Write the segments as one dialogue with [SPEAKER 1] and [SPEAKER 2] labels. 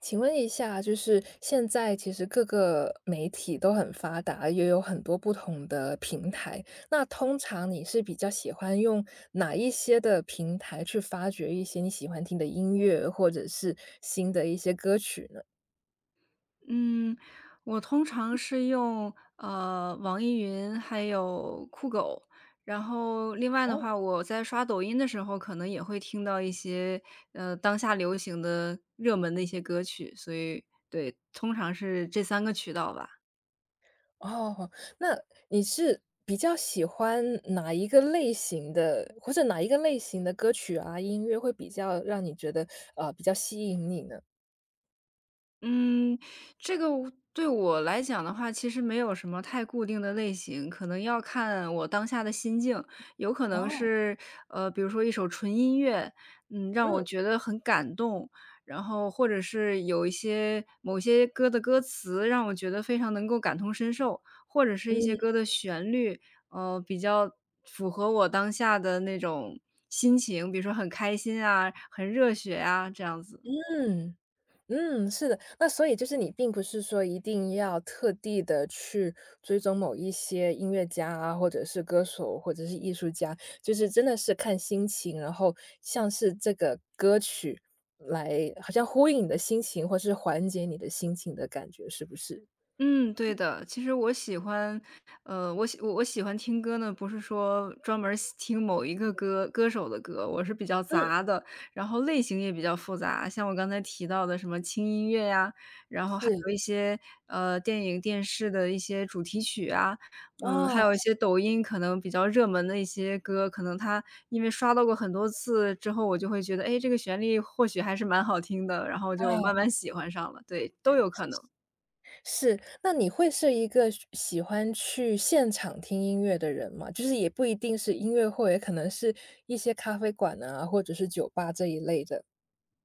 [SPEAKER 1] 请问一下，就是现在其实各个媒体都很发达，也有很多不同的平台。那通常你是比较喜欢用哪一些的平台去发掘一些你喜欢听的音乐，或者是新的一些歌曲呢？
[SPEAKER 2] 嗯，我通常是用网易云还有酷狗，然后另外的
[SPEAKER 1] 哦，
[SPEAKER 2] 话，我在刷抖音的时候，可能也会听到一些当下流行的热门的一些歌曲，所以对，通常是这三个渠道吧。
[SPEAKER 1] 哦，那你是比较喜欢哪一个类型的，或者哪一个类型的歌曲啊，音乐会比较让你觉得比较吸引你呢？
[SPEAKER 2] 嗯，这个对我来讲的话，其实没有什么太固定的类型，可能要看我当下的心境。有可能
[SPEAKER 1] 哦，
[SPEAKER 2] 是，比如说一首纯音乐，嗯，让我
[SPEAKER 1] 嗯
[SPEAKER 2] 觉得很感动，然后或者是有一些某些歌的歌词让我觉得非常能够感同身受，或者是一些歌
[SPEAKER 1] 嗯
[SPEAKER 2] 的旋律，比较符合我当下的那种心情，比如说很开心啊，很热血啊，这样子。
[SPEAKER 1] 嗯。嗯，是的。那所以就是你并不是说一定要特地的去追踪某一些音乐家啊，或者是歌手，或者是艺术家，就是真的是看心情，然后像是这个歌曲来好像呼应你的心情，或是缓解你的心情的感觉，是不是？
[SPEAKER 2] 嗯，对的。其实我喜欢，我喜欢听歌呢，不是说专门儿喜听某一个歌手的歌，我是比较
[SPEAKER 1] 嗯，
[SPEAKER 2] 杂的，然后类型也比较复杂。像我刚才提到的什么轻音乐呀，然后还
[SPEAKER 1] 是，
[SPEAKER 2] 有一些电影、电视的一些主题曲啊，嗯，还
[SPEAKER 1] 啊，
[SPEAKER 2] 有一些抖音可能比较热门的一些歌，可能它因为刷到过很多次之后，我就会觉得，哎，这个旋律或许还是蛮好听的，然后
[SPEAKER 1] 啊。
[SPEAKER 2] 就慢慢喜欢上了。对，都有可能。
[SPEAKER 1] 是，那你会是一个喜欢去现场听音乐的人吗？就是也不一定是音乐会，可能是一些咖啡馆啊，或者是酒吧这一类的。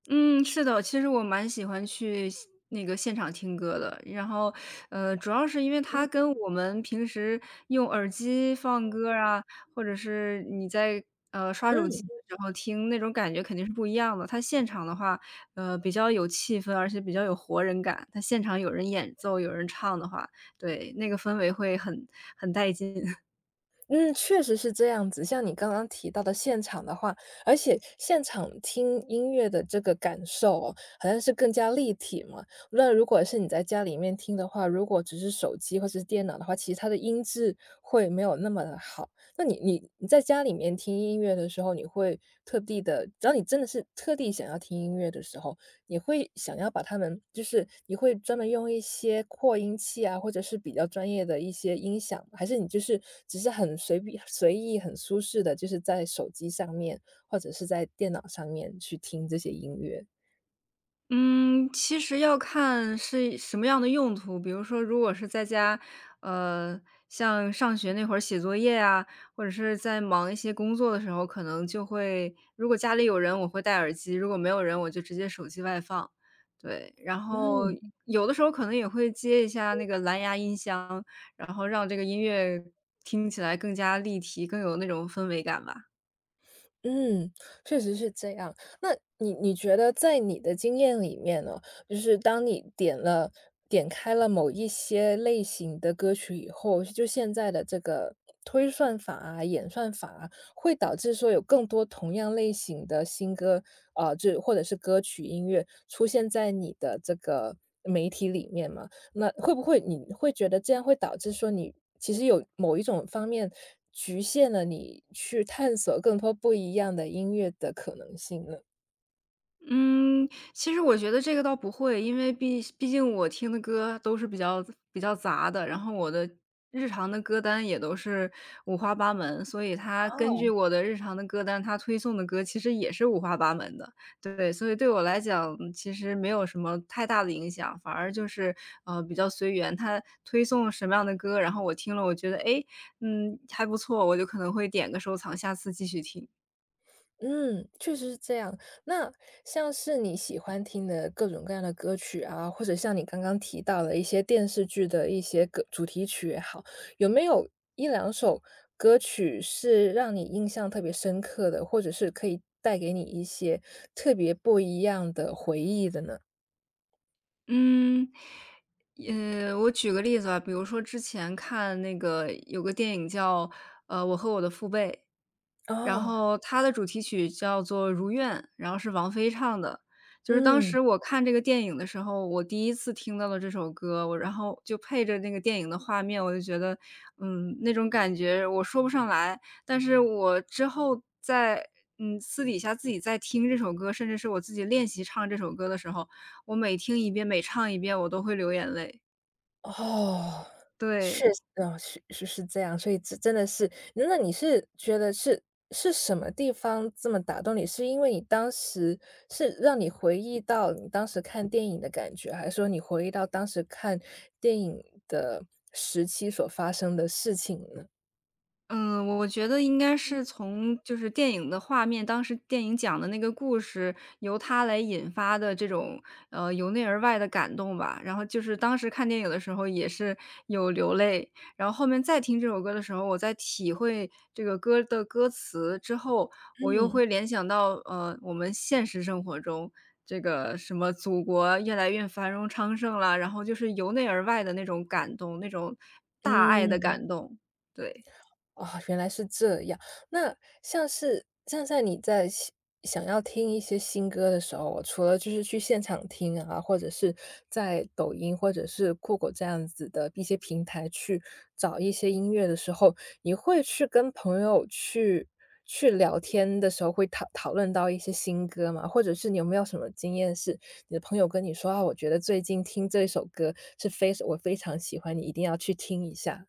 [SPEAKER 2] 嗯，是的，其实我蛮喜欢去现那个现场听歌的。然后，主要是因为它
[SPEAKER 1] 嗯，
[SPEAKER 2] 跟我们平时用耳机放歌啊，或者是你在，刷手机
[SPEAKER 1] 嗯。
[SPEAKER 2] 的时候听，那种感觉肯定是不一样的。它现场的话，比较有气氛，而且比较有活人感。它现场有人演奏，有人唱的话，对，那个氛围会很带劲。
[SPEAKER 1] 嗯，确实是这样子。像你刚刚提到的现场的话，而且现场听音乐的这个感受哦，好像是更加立体嘛。那如果是你在家里面听的话，如果只是手机或者是电脑的话，其实它的音质会没有那么的好。那你在家里面听音乐的时候，你会特地的，只要你真的是特地想要听音乐的时候，你会想要把它们就是你会专门用一些扩音器啊，或者是比较专业的一些音响，还是你就是只是很随便随意、很舒适的，就是在手机上面，或者是在电脑上面去听这些音乐？
[SPEAKER 2] 嗯，其实要看是什么样的用途。比如说，如果是在家，呃，像上学那会儿写作业啊，或者是在忙一些工作的时候，可能就会如果家里有人，我会戴耳机；如果没有人，我就直接手机外放。对，然后
[SPEAKER 1] 嗯。
[SPEAKER 2] 有的时候可能也会接一下那个蓝牙音箱，然后让这个音乐听起来更加立体，更有那种氛围感吧。
[SPEAKER 1] 嗯，确实是这样。那你觉得在你的经验里面呢，就是当你点开了某一些类型的歌曲以后，就现在的这个推算法啊、演算法啊，会导致说有更多同样类型的新歌啊，就或者是歌曲音乐出现在你的这个媒体里面吗？那会不会你会觉得这样会导致说你其实有某一种方面局限了你去探索更多不一样的音乐的可能性呢？
[SPEAKER 2] 嗯，其实我觉得这个倒不会，因为毕竟我听的歌都是比较杂的，然后我的日常的歌单也都是五花八门，所以它根
[SPEAKER 1] 哦。
[SPEAKER 2] 据我的日常的歌单，它推送的歌其实也是五花八门的。对，所以对我来讲，其实没有什么太大的影响，反而就是比较随缘，它推送什么样的歌，然后我听了我觉得诶，嗯还不错，我就可能会点个收藏，下次继续听。
[SPEAKER 1] 嗯，确实是这样。那像是你喜欢听的各种各样的歌曲啊，或者像你刚刚提到的一些电视剧的一些歌主题曲也好，有没有一两首歌曲是让你印象特别深刻的，或者是可以带给你一些特别不一样的回忆的呢？
[SPEAKER 2] 嗯，我举个例子吧，比如说之前看那个有个电影叫，《我和我的父辈》。然
[SPEAKER 1] 哦，
[SPEAKER 2] 后它的主题曲叫做《如愿》，然后是王菲唱的。就是当
[SPEAKER 1] 嗯，
[SPEAKER 2] 时我看这个电影的时候，我第一次听到了这首歌，我然后就配着那个电影的画面，我就觉得，嗯，那种感觉我说不上来。但是我之后在嗯，私底下自己在听这首歌，甚至是我自己练习唱这首歌的时候，我每听一遍，每唱一遍，我都会流眼泪，
[SPEAKER 1] 哦，确
[SPEAKER 2] 对。
[SPEAKER 1] 实哦，是这样，所以这真的是那你是觉得是什么地方这么打动你？是因为你当时是让你回忆到你当时看电影的感觉，还是说你回忆到当时看电影的时期所发生的事情呢？
[SPEAKER 2] 嗯，我觉得应该是从就是电影的画面，当时电影讲的那个故事，由它来引发的这种，由内而外的感动吧。然后就是当时看电影的时候也是有流泪，然后后面再听这首歌的时候，我在体会这个歌的歌词之后，我又
[SPEAKER 1] 嗯，
[SPEAKER 2] 会联想到，我们现实生活中这个什么祖国越来越繁荣昌盛了，然后就是由内而外的那种感动，那种大爱的
[SPEAKER 1] 嗯。
[SPEAKER 2] 感动，对。
[SPEAKER 1] 哦，原来是这样。那像是像在你在想要听一些新歌的时候，除了就是去现场听啊，或者是在抖音或者是酷狗这样子的一些平台去找一些音乐的时候，你会去跟朋友去聊天的时候，会讨论到一些新歌吗？或者是你有没有什么经验是，你的朋友跟你说：“啊，我觉得最近听这一首歌是非常喜欢，你一定要去听一下。”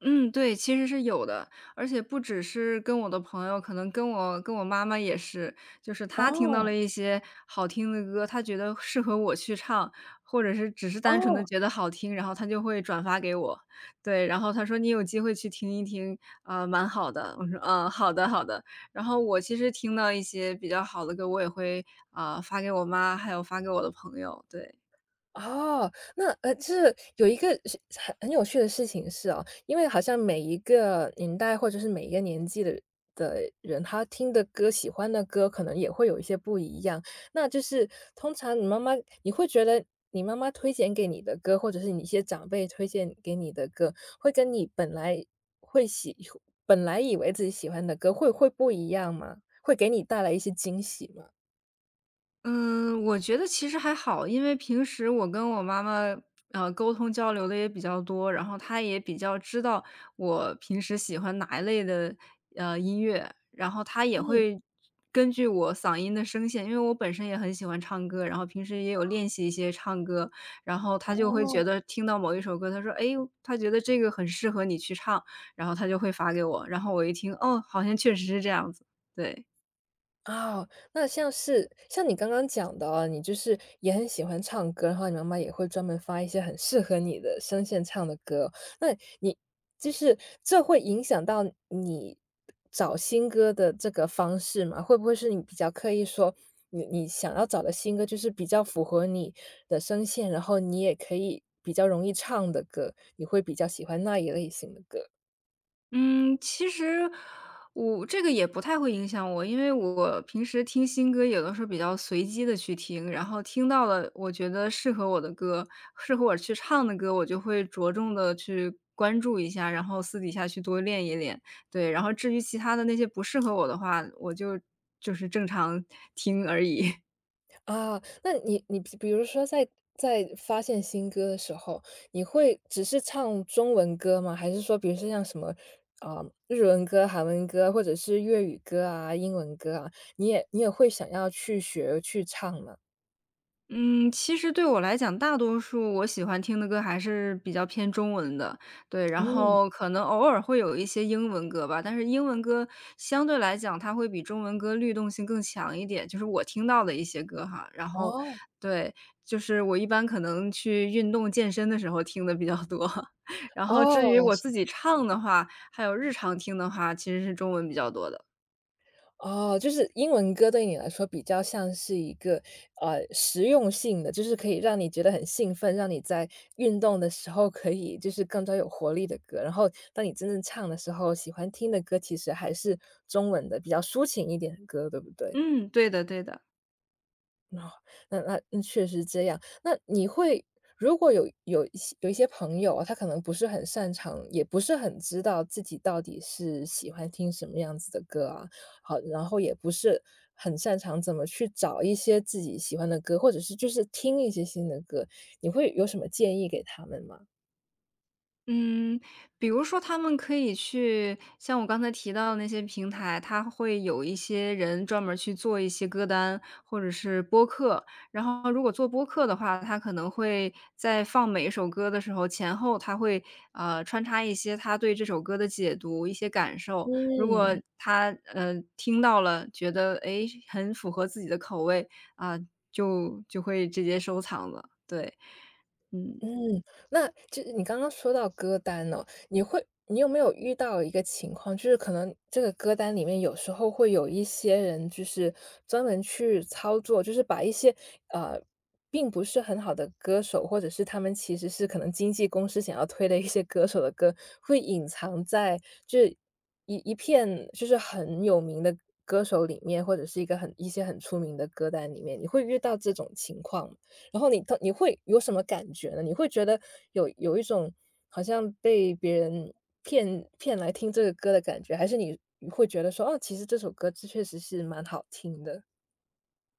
[SPEAKER 2] 嗯，对，其实是有的，而且不只是跟我的朋友，可能跟我妈妈也是，就是她听到
[SPEAKER 1] 哦，
[SPEAKER 2] 了一些好听的歌，她觉得适合我去唱，或者是只是单纯的
[SPEAKER 1] 哦。
[SPEAKER 2] 觉得好听，然后她就会转发给我。对，然后她说：“你有机会去听一听，啊，蛮好的。”我说：“嗯，好的好的。”然后我其实听到一些比较好的歌，我也会，啊，发给我妈，还有发给我的朋友，对。
[SPEAKER 1] 哦，那就是有一个是很有趣的事情是哦，因为好像每一个年代或者是每一个年纪的人，他听的歌、喜欢的歌可能也会有一些不一样。那就是通常你妈妈，你会觉得你妈妈推荐给你的歌，或者是你一些长辈推荐给你的歌，会跟你本来会喜本来以为自己喜欢的歌会不一样吗？会给你带来一些惊喜吗？
[SPEAKER 2] 嗯，我觉得其实还好，因为平时我跟我妈妈，沟通交流的也比较多，然后她也比较知道我平时喜欢哪一类的，音乐，然后她也
[SPEAKER 1] 嗯，
[SPEAKER 2] 会根据我嗓音的声线因为我本身也很喜欢唱歌，然后平时也有练习一些唱歌，然后她就会觉
[SPEAKER 1] 哦。
[SPEAKER 2] 得听到某一首歌，她说：“诶，她觉得这个很适合你去唱。”然后她就会发给我，然后我一听，哦，好像确实是这样子，对。
[SPEAKER 1] 哦，那像是像你刚刚讲的啊，你就是也很喜欢唱歌，然后你妈妈也会专门发一些很适合你的声线唱的歌。那你就是这会影响到你找新歌的这个方式吗？会不会是你比较刻意说，你想要找的新歌就是比较符合你的声线，然后你也可以比较容易唱的歌，你会比较喜欢那一类型的歌？
[SPEAKER 2] 嗯，其实我这个也不太会影响我，因为我平时听新歌有的时候比较随机的去听，然后听到了我觉得适合我的歌，适合我去唱的歌，我就会着重的去关注一下，然后私底下去多练一练，对。然后至于其他的那些不适合我的话，就是正常听而已。
[SPEAKER 1] 啊，那你比如说在在发现新歌的时候，你会只是唱中文歌吗？还是说比如说像什么，啊，日文歌、韩文歌，或者是粤语歌啊、英文歌啊，你也会想要去学去唱吗？
[SPEAKER 2] 嗯，其实对我来讲，大多数我喜欢听的歌还是比较偏中文的，对，然哦
[SPEAKER 1] 嗯，
[SPEAKER 2] 后可能偶尔会有一些英文歌吧，但是英文歌相对来讲，它会比中文歌律动性更强一点，就是我听到的一些歌哈。然后
[SPEAKER 1] 哦，
[SPEAKER 2] 对，就是我一般可能去运动健身的时候听的比较多，然后至于
[SPEAKER 1] 哦。
[SPEAKER 2] 我自己唱的话，还有日常听的话，其实是中文比较多的。
[SPEAKER 1] 哦，就是英文歌对你来说比较像是一个，实用性的，就是可以让你觉得很兴奋，让你在运动的时候可以就是更加有活力的歌，然后当你真正唱的时候，喜欢听的歌其实还是中文的，比较抒情一点的歌，对不对？
[SPEAKER 2] 嗯，对的对的。
[SPEAKER 1] 哦那嗯确实这样。那你会如果有一些朋友啊他可能不是很擅长，也不是很知道自己到底是喜欢听什么样子的歌啊，好，然后也不是很擅长怎么去找一些自己喜欢的歌，或者是就是听一些新的歌，你会有什么建议给他们吗？
[SPEAKER 2] 嗯，比如说他们可以去像我刚才提到的那些平台，他会有一些人专门儿去做一些歌单或者是播客。然后如果做播客的话，他可能会在放每一首歌的时候，前后他会，穿插一些他对这首歌的解读、一些感受。如果
[SPEAKER 1] 嗯，
[SPEAKER 2] 他，听到了，觉得，诶，很符合自己的口味，啊，就会直接收藏了，对，嗯。
[SPEAKER 1] 嗯，那就是你刚刚说到歌单哦，你有没有遇到一个情况，就是可能这个歌单里面有时候会有一些人，就是专门去操作，就是把一些呃，并不是很好的歌手，或者是他们其实是可能经纪公司想要推的一些歌手的歌，会隐藏在就是一片就是很有名的歌手里面，或者是一个一些很出名的歌单里面，你会遇到这种情况吗？然后你会有什么感觉呢？你会觉得有一种好像被别人骗来听这个歌的感觉，还是你你会觉得说，哦，其实这首歌这确实是蛮好听的？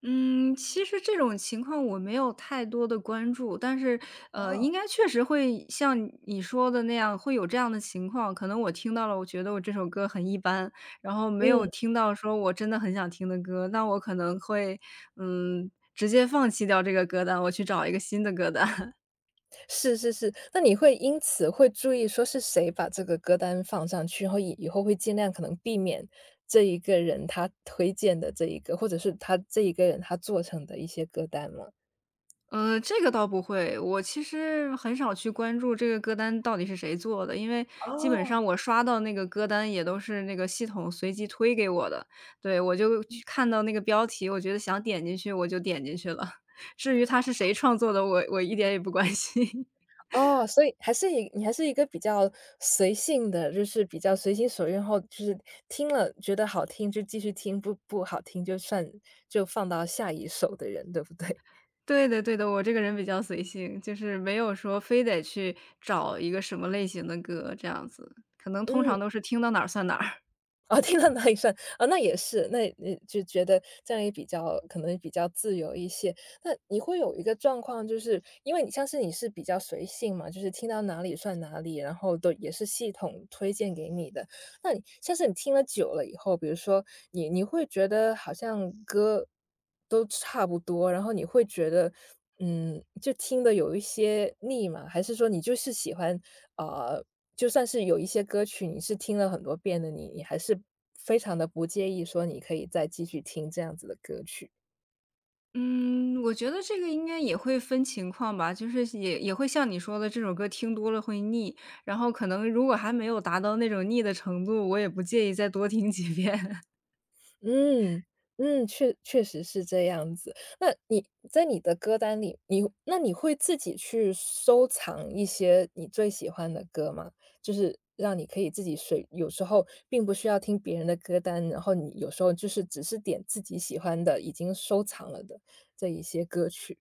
[SPEAKER 2] 嗯，其实这种情况我没有太多的关注，但是，应
[SPEAKER 1] 哦。
[SPEAKER 2] 该确实会像你说的那样，会有这样的情况。可能我听到了，我觉得我这首歌很一般，然后没有
[SPEAKER 1] 嗯，
[SPEAKER 2] 听到说我真的很想听的歌，那我可能会，嗯，直接放弃掉这个歌单，我去找一个新的歌单。
[SPEAKER 1] 是是是，那你会因此会注意说是谁把这个歌单放上去，然后以后会尽量可能避免这一个人他推荐的这一个，或者是他这一个人他做成的一些歌单吗？
[SPEAKER 2] 这个倒不会，我其实很少去关注这个歌单到底是谁做的，因为基本
[SPEAKER 1] 哦。
[SPEAKER 2] 上我刷到那个歌单也都是那个系统随机推给我的。对，我就去看到那个标题，我觉得想点进去我就点进去了，至于它是谁创作的，我一点也不关心。
[SPEAKER 1] 哦，所以还是一你还是一个比较随性的，就是比较随心所欲，然后就是听了觉得好听就继续听，不好听就算就放到下一首的人，对不对？
[SPEAKER 2] 对的对的，我这个人比较随性，就是没有说非得去找一个什么类型的歌这样子，可能通
[SPEAKER 1] 嗯，
[SPEAKER 2] 常都是听到哪儿算哪儿。
[SPEAKER 1] 哦，听到哪里算啊，哦，那也是，那你就觉得这样也比较可能比较自由一些。那你会有一个状况，就是因为你像是你是比较随性嘛，就是听到哪里算哪里，然后都也是系统推荐给你的。那你像是你听了久了以后，比如说你会觉得好像歌都差不多，然后你会觉得，嗯，就听的有一些腻吗？还是说你就是喜欢，呃，就算是有一些歌曲你是听了很多遍的，你还是非常的不介意说你可以再继续听这样子的歌曲？
[SPEAKER 2] 嗯，我觉得这个应该也会分情况吧，就是也会像你说的，这首歌听多了会腻，然后可能如果还没有达到那种腻的程度，我也不介意再多听几遍。
[SPEAKER 1] 嗯，嗯，确实是这样子。那你在你的歌单里，你会自己去收藏一些你最喜欢的歌吗？就是让你可以自己随有时候并不需要听别人的歌单，然后你有时候就是只是点自己喜欢的，已经收藏了的这一些歌曲。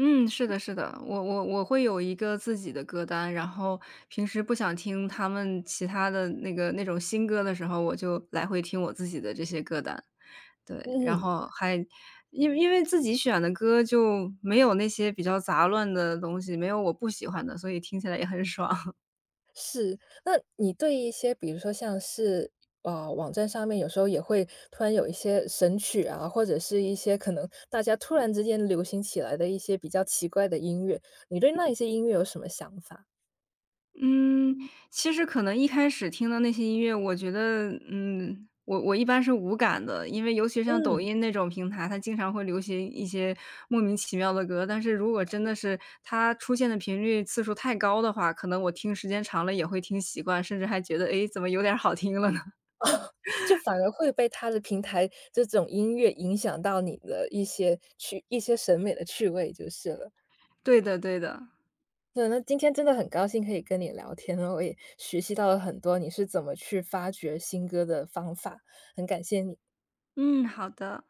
[SPEAKER 2] 嗯，是的，是的，我会有一个自己的歌单，然后平时不想听他们其他的那个那种新歌的时候，我就来回听我自己的这些歌单。对，然
[SPEAKER 1] 嗯。
[SPEAKER 2] 后还因为自己选的歌就没有那些比较杂乱的东西，没有我不喜欢的，所以听起来也很爽。
[SPEAKER 1] 是，那你对一些比如说像是啊，网站上面有时候也会突然有一些神曲啊，或者是一些可能大家突然之间流行起来的一些比较奇怪的音乐，你对那一些音乐有什么想法？
[SPEAKER 2] 嗯，其实可能一开始听的那些音乐，我觉得，嗯，我一般是无感的，因为尤其像抖
[SPEAKER 1] 嗯，
[SPEAKER 2] 音那种平台，它经常会流行一些莫名其妙的歌。但是如果真的是它出现的频率次数太高的话，可能我听时间长了也会听习惯，甚至还觉得，诶，怎么有点儿好听了呢？
[SPEAKER 1] 就反而会被它的平台这种音乐影响到你的一些审美的趣味就是了。
[SPEAKER 2] 对的对的，
[SPEAKER 1] 对，那今天真的很高兴可以跟你聊天哦，我也学习到了很多你是怎么去发掘新歌的方法，很感谢你。
[SPEAKER 2] 嗯，好的。